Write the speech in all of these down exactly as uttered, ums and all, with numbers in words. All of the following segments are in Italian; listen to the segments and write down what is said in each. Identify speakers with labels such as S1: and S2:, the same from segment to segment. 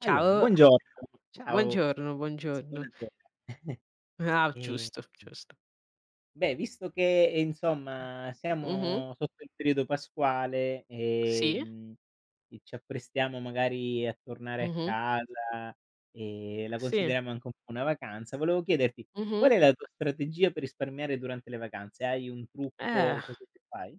S1: Allora,
S2: Ciao,
S1: buongiorno. Ciao,
S2: buongiorno,
S1: s
S2: buongiorno.
S1: buonasera.
S2: Ah,
S1: Ehm,
S2: giusto, giusto.
S1: Beh, visto che, ehm, insomma
S2: Mh-mh,
S1: siamo sotto il periodo pasquale,
S2: sì,
S1: ehm, e ci apprestiamo magari a tornare a
S2: mh-mh,
S1: casa, e la
S2: sì,
S1: consideriamo anche un po' una vacanza, volevo chiederti: qual
S2: mh-mh.
S1: è la tua strategia per risparmiare durante le vacanze? Hai un trucco
S2: Eh.
S1: o cosa che fai?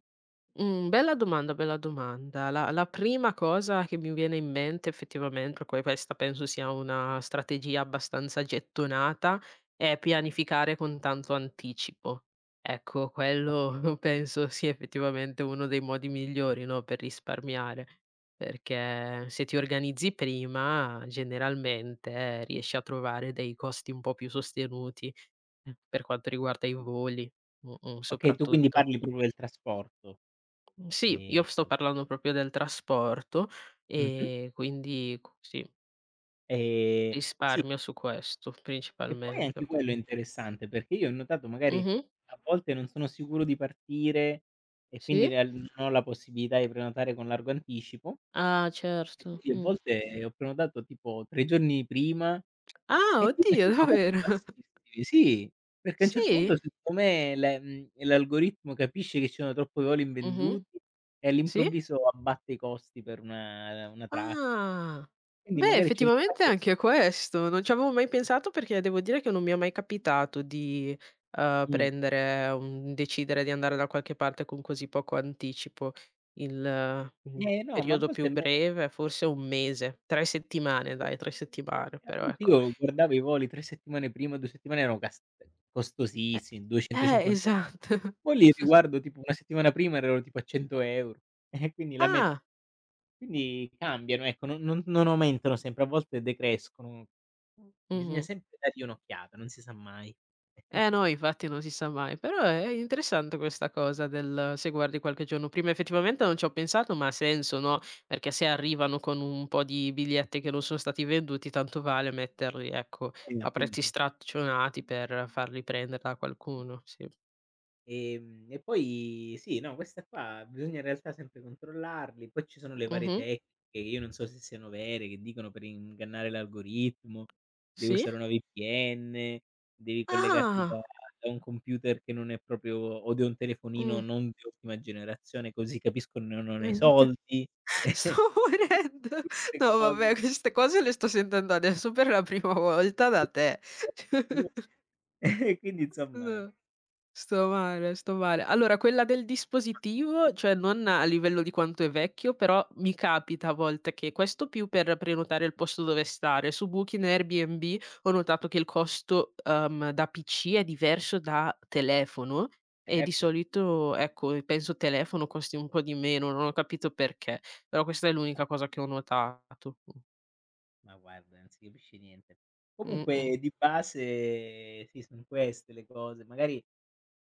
S2: Mhmm, Bella domanda, bella domanda. La la prima cosa che mi viene in mente effettivamente, poi questa penso sia una strategia abbastanza gettonata, è pianificare con tanto anticipo. Ecco, quello
S1: Okay,
S2: penso sia effettivamente uno dei modi migliori, no, per risparmiare, perché se ti organizzi prima generalmente eh, riesci a trovare dei costi un po' più sostenuti, eh, per quanto
S1: o
S2: riguarda i voli, mh-mh,
S1: okay, tu quindi
S2: soprattutto.
S1: parli proprio del trasporto.
S2: Mhmm, sì, io sto
S1: Ehm
S2: parlando proprio del trasporto,
S1: Mh-mh.
S2: ehm, quindi q sì,
S1: Ehm, sì.
S2: risparmio su questo
S1: E poi anche
S2: principalmente.
S1: quello è interessante, perché io ho notato magari
S2: Mh-mh.
S1: a volte non sono sicuro di partire e quindi
S2: Sì?
S1: real non ho la possibilità di prenotare con largo anticipo,
S2: Ah
S1: e
S2: certo,
S1: quindi a
S2: mh.
S1: volte ho prenotato tipo tre giorni prima
S2: Ah
S1: e tipo
S2: oddio
S1: c'erano costi
S2: davvero?
S1: bassissimi, sì, perché a un certo
S2: Sì?
S1: punto secondo me le mhmm, l'algoritmo capisce che ci sono troppo voli
S2: Mh-mh.
S1: invenduti e
S2: Sì?
S1: all'improvviso abbatte i costi per una una tratta.
S2: Ah.
S1: Quindi
S2: Beh,
S1: magari c'è il
S2: effettivamente
S1: caso.
S2: anche questo. Non ci avevo mai pensato perché devo dire che non mi è mai capitato di, uhm,
S1: mh,
S2: prendere un decidere di andare da qualche parte con così poco anticipo. Il, mhmm,
S1: eh no, ma a
S2: periodo
S1: volte
S2: più
S1: a me...
S2: breve è forse un mese, tre settimane dai, tre settimane, però ecco.
S1: Io guardavo i voli tre settimane prima, due settimane erano cas
S2: Eh,
S1: costosissimi,
S2: eh,
S1: duecentocinquanta.
S2: esatto.
S1: Poi li riguardo tipo una settimana prima, erano tipo a cento euro €, eh, quindi la metà.
S2: Ah.
S1: Quindi cambiano, ecco, non non non aumentano sempre, a volte decrescono. Bisogna
S2: Mh-mh.
S1: sempre dargli un'occhiata, non si sa mai.
S2: Eh no, infatti non si sa mai, però è interessante questa cosa del se guardi qualche giorno prima, effettivamente non ci ho pensato, ma ha senso, no, perché se arrivano con un po' di biglietti che non sono stati venduti, tanto vale metterli, ecco,
S1: Eh,
S2: a prezzi
S1: appunto.
S2: straccionati per farli prendere da qualcuno, sì.
S1: Ehm, e poi sì, no, questa qua bisogna in realtà sempre controllarli. Poi ci sono le varie
S2: Mh-mh.
S1: tecniche, che io non so se siano vere, che dicono per ingannare l'algoritmo, devi
S2: Sì?
S1: usare una V P N, devi collegarti da
S2: Ah!
S1: da un computer che non è proprio, o da un telefonino
S2: Mh.
S1: non di ultima generazione, così capiscono che non hai soldi,
S2: Stavo morendo.
S1: queste
S2: No
S1: cose.
S2: vabbè, queste cose le sto sentendo adesso per la prima volta da te.
S1: E quindi insomma
S2: No. Sto male, sto male. Allora quella del dispositivo, cioè non a livello di quanto è vecchio, però mi capita a volte che questo più per prenotare il posto dove stare, su Booking e Airbnb ho
S1: sì,
S2: notato che il costo, uhm, da P C è diverso da telefono e di
S1: certo. Sì.
S2: solito, ecco, penso telefono costi un po' di meno, non ho capito perché, però questa è l'unica cosa che ho notato.
S1: Ma guarda, non si capisce niente.
S2: Mh-mh.
S1: Comunque di base sì, son queste le cose. Magari,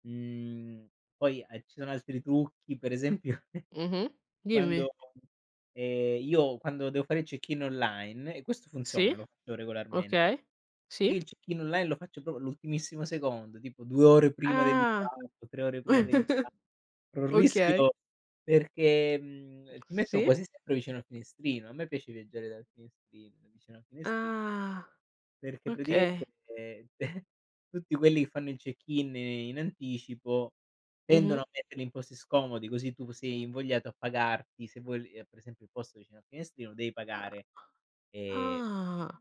S1: mhmm, poi, ehm, ci sono altri trucchi, per esempio
S2: Mh-mh. Dimmi.
S1: quando ehm, io quando devo fare il check-in online e questo funziona,
S2: Sì,
S1: lo faccio regolarmente.
S2: okay. Sì.
S1: Io il check-in online lo faccio proprio all'ultimissimo secondo, tipo due ore prima
S2: Ah.
S1: dell'impatto, tre ore prima dell'impatto. Corro il
S2: Okay.
S1: rischio perché, mhmm, ti mettono
S2: Sì?
S1: quasi sempre vicino al finestrino. A me piace viaggiare dal finestrino, vicino al finestrino,
S2: Ah,
S1: perché praticamente,
S2: okay.
S1: ehm, tutti quelli che fanno il check-in in anticipo tendono
S2: Mh-mh.
S1: a metterli in posti scomodi, così tu sei invogliato a pagarti, se vuoi l per esempio il posto vicino al finestrino devi pagare, ehm,
S2: Ah.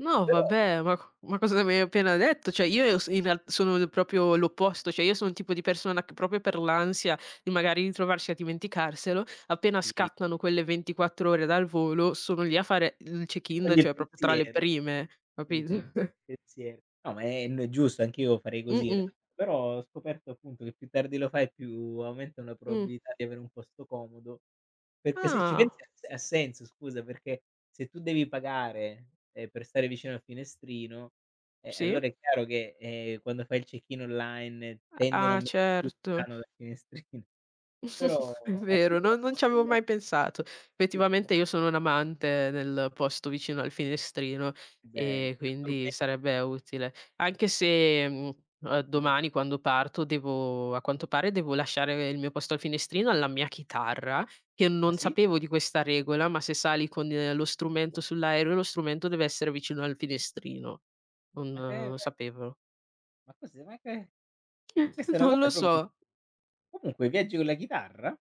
S2: No
S1: però
S2: vabbè, ma co ma cosa mi hai appena detto? Cioè io s in real sono l proprio l'opposto, cioè io sono il tipo di persona che proprio per l'ansia di magari ritrovarsi a dimenticarselo, appena
S1: ti
S2: scattano quelle ventiquattro ore dal volo sono lì a fare il
S1: ti
S2: check-in,
S1: toglie il
S2: cioè proprio tra le
S1: pensiero.
S2: prime,
S1: Sì,
S2: capito?
S1: pensiero. No, ma è n giusto, anch'io farei così in
S2: Mh-mh,
S1: realtà. Però ho scoperto appunto che più tardi lo fai, più aumentano la
S2: mh.
S1: probabilità di avere un posto comodo, perché se ci
S2: Ah,
S1: pensi ha s ha senso, scusa, perché se tu devi pagare, ehm, per stare vicino al finestrino, eh,
S2: sì?
S1: allora è chiaro che, ehm, quando fai il check-in online eh, tendono a
S2: Ah
S1: metterti più
S2: certo.
S1: lontano dal finestrino, però
S2: È
S1: al
S2: vero, non non
S1: riposto
S2: ci avevo
S1: delle...
S2: mai pensato.
S1: Sì, è
S2: Effettivamente io sono un amante del posto vicino al finestrino
S1: bello.
S2: e
S1: Ti
S2: quindi
S1: addormenti,
S2: sarebbe utile. Anche se, mhmm, uhm,
S1: ti dur
S2: domani quando parto devo a quanto pare devo lasciare il mio posto al finestrino alla mia chitarra, che
S1: ah
S2: non
S1: sì?
S2: sapevo di questa regola, ma se sali con eh, lo strumento sull'aereo, lo strumento deve essere vicino al finestrino.
S1: Ma che...
S2: Non eh, sapevo.
S1: ma cos'è? Ma che... Questa è una
S2: Non
S1: cosa
S2: lo
S1: proprio...
S2: so.
S1: comunque, viaggi con la chitarra?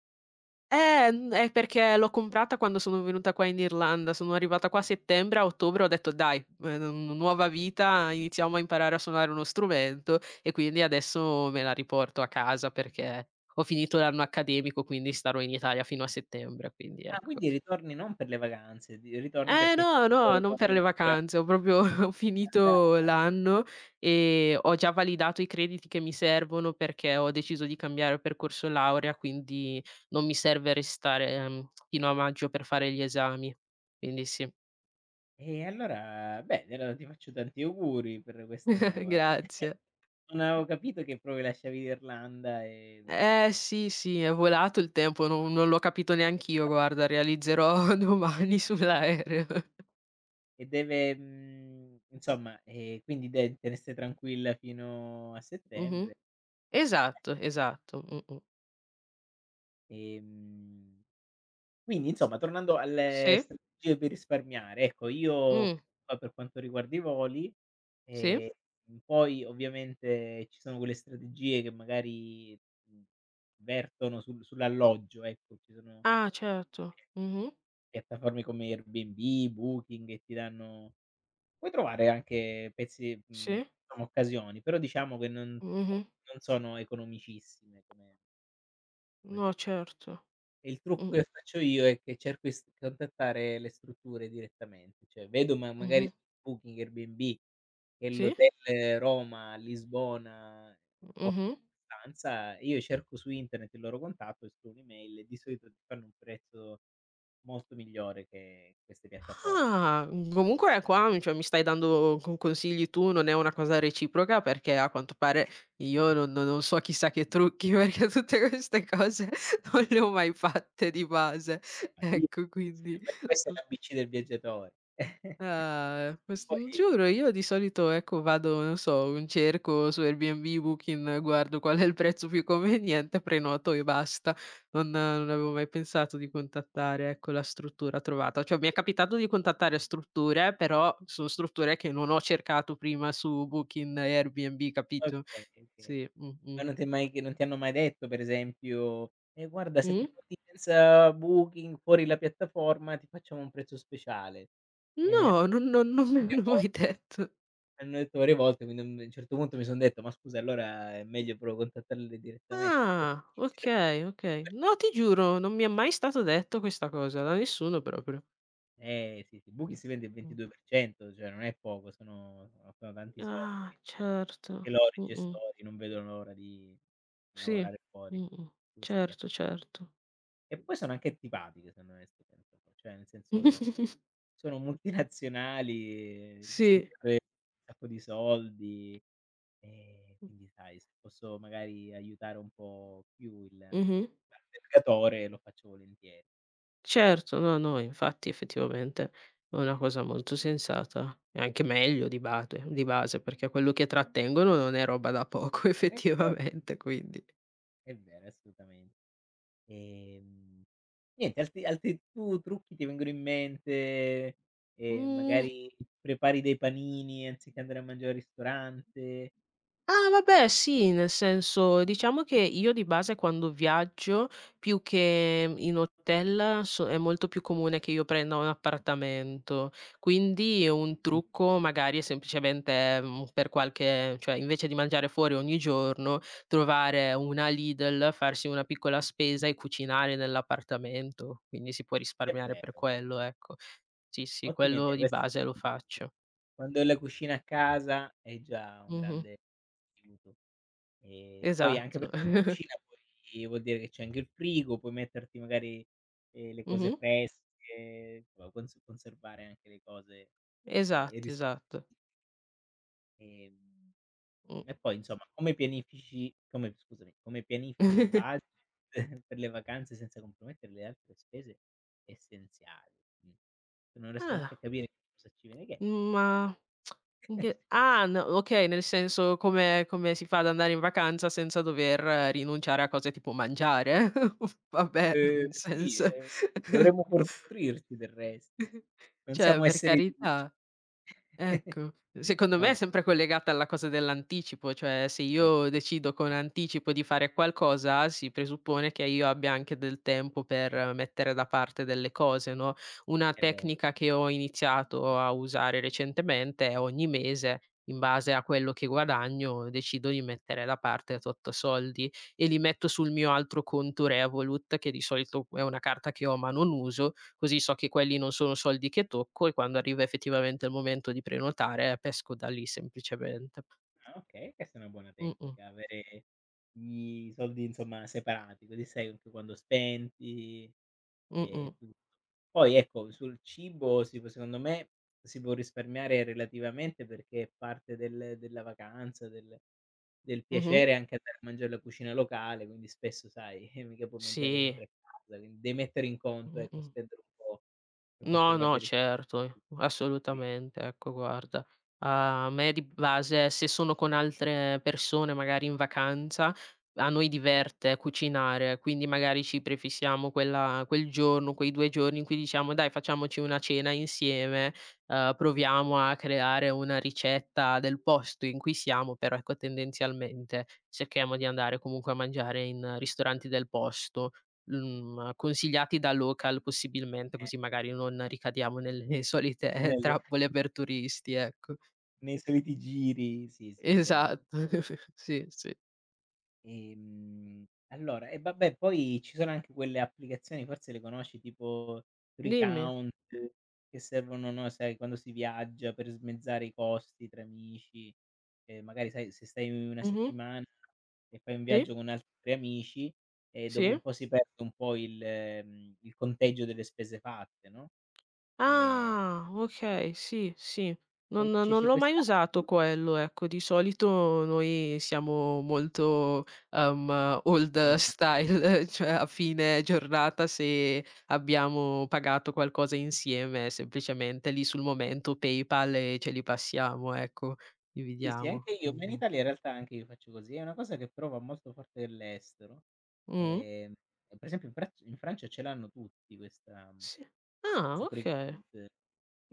S2: Eh, mhmm, è perché l'ho comprata quando sono venuta qua in Irlanda. Sono arrivata qua a settembre, a ottobre ho detto: "Dai, ehm, nuova vita, iniziamo a imparare a suonare uno strumento", e quindi adesso me la riporto a casa perché ho finito l'anno accademico, quindi starò in Italia fino a settembre, quindi
S1: Ah, ah.
S2: ecco.
S1: Quindi ritorni non per le vacanze, di ritorni
S2: Eh
S1: perché
S2: no, no,
S1: hai
S2: non per le vacanze, ho proprio ho
S1: ma dai!
S2: finito l'anno e ho già validato i crediti che mi servono perché ho deciso di cambiare percorso laurea, quindi non mi serve restare, ehm, fino a maggio per fare gli esami. Quindi sì,
S1: E allora bene, allora ti faccio tanti auguri per questa nuova...
S2: grazie.
S1: non avevo capito che proprio lasciavi l'Irlanda, ehm,
S2: Eh sì, sì, è volato il tempo, non non l'ho capito
S1: e
S2: neanch'io,
S1: nulla,
S2: guarda, realizzerò domani sull'aereo.
S1: e deve mhmm, insomma, ehm, quindi de te ne stai tranquilla fino a settembre.
S2: Mh-mh.
S1: Ah,
S2: Esatto, esatto. Mh-mh.
S1: ehm quindi insomma, tornando alle
S2: Sì.
S1: strategie per risparmiare, ecco io
S2: Mh.
S1: qua per quanto riguarda i voli,
S2: Sì.
S1: ehm, poi ovviamente ci sono quelle strategie che magari, mhmm, vertono sul sull'alloggio, ecco, ci sono
S2: Ah certo. Mh-mh.
S1: piattaforme come Airbnb, Booking che ti danno... puoi trovare anche pezzi, mhmm,
S2: Sì,
S1: diciamo occasioni, però diciamo che non
S2: mh-mh.
S1: non sono economicissime come come
S2: No
S1: piatta...
S2: certo.
S1: E il trucco
S2: Mh,
S1: che faccio io è che cerco di s contattare le strutture direttamente, cioè vedo ma magari
S2: mh-mh.
S1: su Booking, Airbnb che
S2: Sì,
S1: l'hotel Roma, Lisbona offre
S2: mh-mh.
S1: stanza, io cerco su internet il loro contatto e scrivo un'email e di solito ti fanno un prezzo molto migliore che queste piattaforme.
S2: Ah, mhmm, comunque qua, cioè, mi stai dando co consigli tu, non è una cosa reciproca perché a quanto pare io non no non so chissà che trucchi, perché tutte queste cose non le ho mai fatte di base.
S1: Ma chi
S2: Ecco,
S1: se ne
S2: quindi
S1: va? Questa è l'A B C del viaggiatore.
S2: ah, ques
S1: Poi
S2: giuro, io di solito, ecco, vado, non so, un cerco su Airbnb, Booking, guardo qual è il prezzo più conveniente, prenoto e basta. Non non avevo mai pensato di contattare, ecco, la struttura trovata. Cioè, mi è capitato di contattare strutture, però sono strutture che non ho cercato prima su Booking e Airbnb, capito?
S1: okay, okay.
S2: Sì, mh-mh.
S1: Ma non ti è mai che non ti hanno mai detto per esempio: "Eh guarda, se
S2: Mh?
S1: prenoti senza Booking, fuori la piattaforma, ti facciamo un prezzo speciale."
S2: No, non non non me
S1: Varie
S2: l'hanno mai
S1: volte,
S2: detto.
S1: me l'hanno detto varie volte, quindi a un a un certo punto mi son detto: "Ma scusa, allora è meglio proprio contattarle direttamente perché"...
S2: Ah, okay, okay. No, ti giuro, non mi è mai stato detto questa cosa, da nessuno proprio.
S1: Eh sì, sì, Booking si vende il
S2: Mh.
S1: ventidue per cento, cioè non è poco, sono sono tanti soldi.
S2: Ah, certo.
S1: Anche loro, i
S2: Mh-mh.
S1: gestori, non vedono l'ora di
S2: Sì.
S1: lavorare fuori
S2: Mh-mh.
S1: su queste
S2: Certo,
S1: piattaforme.
S2: certo.
S1: E poi sono anche antipatiche, sono onesto, penso. Cioè, nel senso, sono multinazionali,
S2: Sì.
S1: sempre un sacco di soldi, e quindi sai, se posso magari aiutare un po' più il
S2: Mh-mh.
S1: l'albergatore lo faccio volentieri.
S2: Certo, no, no, infatti effettivamente è una cosa molto sensata e anche meglio di bate di base, perché quello che trattengono non è roba da poco
S1: Ma è vero,
S2: effettivamente, quindi.
S1: è vero, assolutamente. Ehm, niente, altri altri tu trucchi ti vengono in mente, ehm,
S2: Mh.
S1: magari prepari dei panini anziché andare a mangiare al ristorante?
S2: Ah vabbè sì, nel senso diciamo che io di base quando viaggio, più che in hotel, so è molto più comune che io prenda un appartamento, quindi un trucco magari è semplicemente, mhmm, per qualche cioè invece di mangiare fuori ogni giorno, trovare una Lidl, farsi una piccola spesa e cucinare nell'appartamento, quindi si può
S1: È
S2: risparmiare per
S1: vero.
S2: quello, ecco. Sì, sì,
S1: Ottima idea,
S2: quello di
S1: questa...
S2: base lo faccio.
S1: Quando hai la cucina a casa è già un
S2: Mh-mh.
S1: grande aiuto. E poi anche
S2: Esatto.
S1: perché se in cucina poi vuol dire che c'è anche il frigo, puoi metterti magari, ehm, le cose
S2: Mh-mh.
S1: fresche, puoi cons conservare anche le cose e e
S2: Esatto,
S1: ris
S2: esatto.
S1: Ehm,
S2: Mh.
S1: e poi insomma come pianifici come scusami, come pianifichi il budget per le vacanze senza compromettere le altre spese essenziali? Mh. Non riesco neanche a
S2: Ah,
S1: capire cosa ci viene chie
S2: ma in che ah, no okay, nel senso come come si fa ad andare in vacanza senza dover eh, rinunciare a cose tipo mangiare? Vabbè,
S1: Ehm,
S2: nel
S1: sì,
S2: senso
S1: ehm, dovremmo fornirci del resto. Non
S2: cioè
S1: siamo
S2: per
S1: esseri di luce.
S2: carità. Ecco, secondo me è
S1: No,
S2: sempre collegata alla cosa dell'anticipo, cioè se
S1: eh
S2: io
S1: sì,
S2: decido con
S1: ma
S2: anticipo di fare qualcosa, si presuppone che io abbia anche del tempo per eh, mettere da parte delle cose, no, una
S1: è vero.
S2: tecnica che ho iniziato a usare recentemente è ogni mese, in base a quello che guadagno, decido di mettere da parte tot soldi e li metto sul mio altro conto Revolut, che di solito è una carta che ho ma non uso. Così so che quelli non sono soldi che tocco e quando arriva effettivamente il momento di prenotare pesco da lì semplicemente.
S1: Ah, okay, questa è una buona
S2: Mh-mh,
S1: tecnica, avere gli soldi insomma separati, così sai anche quando spendi e
S2: mh-mh,
S1: e tutto. Poi ecco, sul cibo si può secondo me si può risparmiare relativamente, perché è parte del della vacanza, del del
S2: mh-mh.
S1: piacere anche andare a mangiare la cucina locale, quindi spesso sai, eh, mica puoi mangiare
S2: Sì,
S1: sempre a casa, quindi devi mettere in conto, ecco,
S2: mh-mh.
S1: spendere un po' per quanto
S2: No,
S1: riguarda
S2: no,
S1: i ris
S2: certo,
S1: qui,
S2: assolutamente. Ecco, guarda, a me di base, se sono con altre persone magari in vacanza, a noi diverte cucinare, quindi magari ci prefissiamo quella quel giorno, quei due giorni in cui diciamo: "Dai, facciamoci una cena insieme, uhm, proviamo a creare una ricetta del posto in cui siamo", però ecco tendenzialmente cerchiamo di andare comunque a mangiare in ristoranti del posto mhmm, consigliati da local possibilmente,
S1: eh,
S2: così magari non ricadiamo nelle solite eh,
S1: nelle...
S2: trappole per turisti, ecco.
S1: Nei soliti giri, sì, sì è vero.
S2: Esatto, sì, sì.
S1: Ehm, allora e vabbè poi ci sono anche quelle applicazioni, forse le conosci, tipo
S2: Dimmi.
S1: Recount, che servono, no, sai, quando si viaggia per smezzare i costi tra amici, ehm, magari sai se stai una
S2: Mh-mh.
S1: settimana e fai un
S2: Sì,
S1: viaggio con altri tre amici, e dopo un
S2: sì.
S1: po' si perde un po' il, mhmm, il conteggio delle spese fatte, no, ehm,
S2: Ah, okay, sì, sì. Non
S1: invece
S2: non
S1: c'è
S2: l'ho mai
S1: quest'app...
S2: usato quello, ecco. Di solito noi siamo molto, uhm, old style, cioè a fine giornata se abbiamo pagato qualcosa insieme, semplicemente lì sul momento PayPal e ce li passiamo, ecco,
S1: Sì, sì,
S2: dividiamo.
S1: anche io, ma in
S2: Mh-mh.
S1: Italia in realtà anche io faccio così. È una cosa che però va molto forte nell'estero.
S2: Mh?
S1: Ehm, per esempio in Fraz in Francia ce l'hanno tutti questa...
S2: Sì. Ah, okay.
S1: Strepitosi.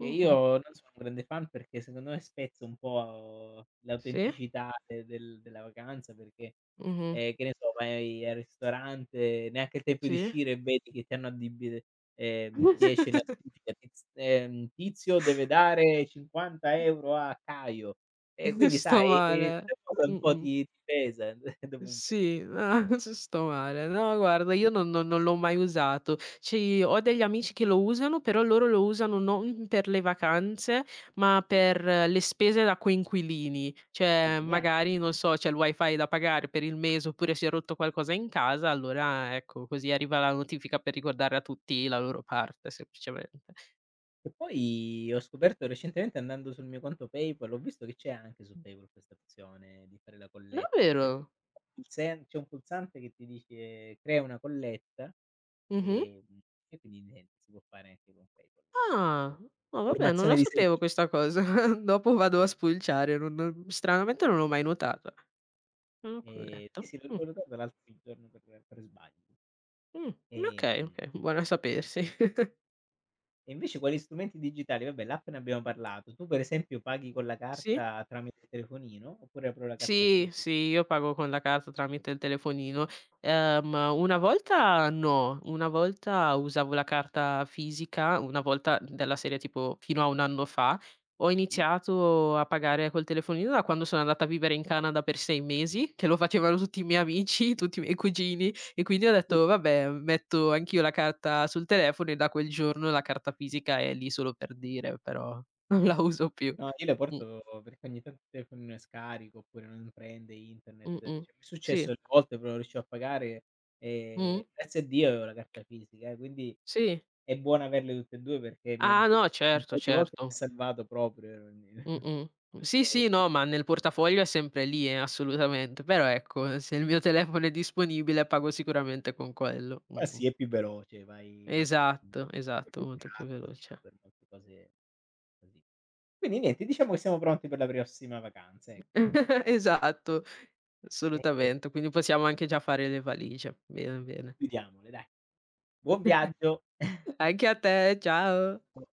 S1: E io non sono un grande fan perché secondo me spezza un po'
S2: Sì.
S1: l'autenticità de del della vacanza perché,
S2: Mh-mh.
S1: ehm, che ne so, vai al ristorante, neanche il tempo di
S2: Sì.
S1: uscire e vedi che ti hanno addibi ehm, ti esce la notifica, tiz ehm, "Tizio deve dare cinquanta euro € a Caio". E quindi
S2: Sto
S1: sai, ehm,
S2: male.
S1: sta cosa un po'
S2: Mh-mh.
S1: ti ti pesa dopo un po'.
S2: Sì, ah, ci sto male. No, guarda, io non non non l'ho mai usato. Ci ho degli amici che lo usano, però loro lo usano non per le vacanze, ma per eh, le spese da coinquilini. Cioè,
S1: Quindi neanche
S2: magari, non so, c'è il wifi da pagare per il mese, oppure si è rotto qualcosa in casa, allora ecco, così arriva la notifica per ricordare a tutti la loro parte semplicemente.
S1: E poi ho scoperto recentemente, andando sul mio conto PayPal, ho visto che c'è anche su PayPal questa opzione di fare la colletta, cioè
S2: Davvero?
S1: il sen c'è un pulsante che ti dice: "Crea una colletta",
S2: Mh-mh.
S1: ehm, e quindi niente, si può fare anche con PayPal. Eh.
S2: Ah, no vabbè, non
S1: Formazione
S2: la
S1: di
S2: sapevo questa
S1: servizi.
S2: cosa. Dopo vado a spulciare, non non stranamente non l'ho mai notata. Un
S1: Ehm, sì,
S2: culletto.
S1: sì, l'ho
S2: Mh,
S1: l'ho notata l'altro giorno per per sbaglio.
S2: mh, okay,
S1: Ehm,
S2: okay, buono a sapersi.
S1: e invece quali strumenti digitali vabbè l'app ne abbiamo parlato. Tu per esempio paghi con la
S2: Sì?
S1: carta tramite il telefonino oppure proprio la carta
S2: Sì,
S1: fisica?
S2: sì, io pago con la carta tramite il telefonino. Ehm, una volta no, una volta usavo la carta fisica, una volta della serie tipo fino a un anno fa, ho iniziato a pagare col telefonino da quando sono andata a vivere in Canada per sei mesi, che lo facevano tutti i miei amici, tutti i miei cugini e quindi ho
S1: Sì.
S2: detto: "Vabbè, metto anch'io la carta sul telefono" e da quel giorno la carta fisica è lì solo per dire, però non la uso più.
S1: No, io le
S2: Mh,
S1: porto perché ogni tanto il telefono non è scarico, oppure non prende internet. Cioè,
S2: mh-mh.
S1: mi è successo
S2: Sì.
S1: delle volte però non riuscivo a pagare, ehm,
S2: Mh.
S1: grazie a Dio avevo la carta fisica, eh, quindi
S2: Sì.
S1: è buono averle tutte e due, perché mi ha
S2: Ah no,
S1: un
S2: certo,
S1: paio di volte mi ha
S2: certo.
S1: salvato proprio...
S2: Mh-mh. Sì,
S1: ehm,
S2: sì, no, ma nel portafoglio è sempre lì, eh, assolutamente. Però ecco, se il mio telefono è disponibile pago sicuramente con quello.
S1: ma
S2: Mh-mh.
S1: sì, è più veloce, vai vai più-
S2: Esatto,
S1: è più
S2: esatto, molto più
S1: pratico diciamo,
S2: veloce.
S1: per molte cose così. Quindi niente, diciamo che siamo pronti per la prossima vacanza, ecco.
S2: Esatto,
S1: E
S2: assolutamente. Quindi possiamo anche già fare le valigie. Bene, bene.
S1: chiudiamole dai. Buon viaggio.
S2: Anche a te, ciao.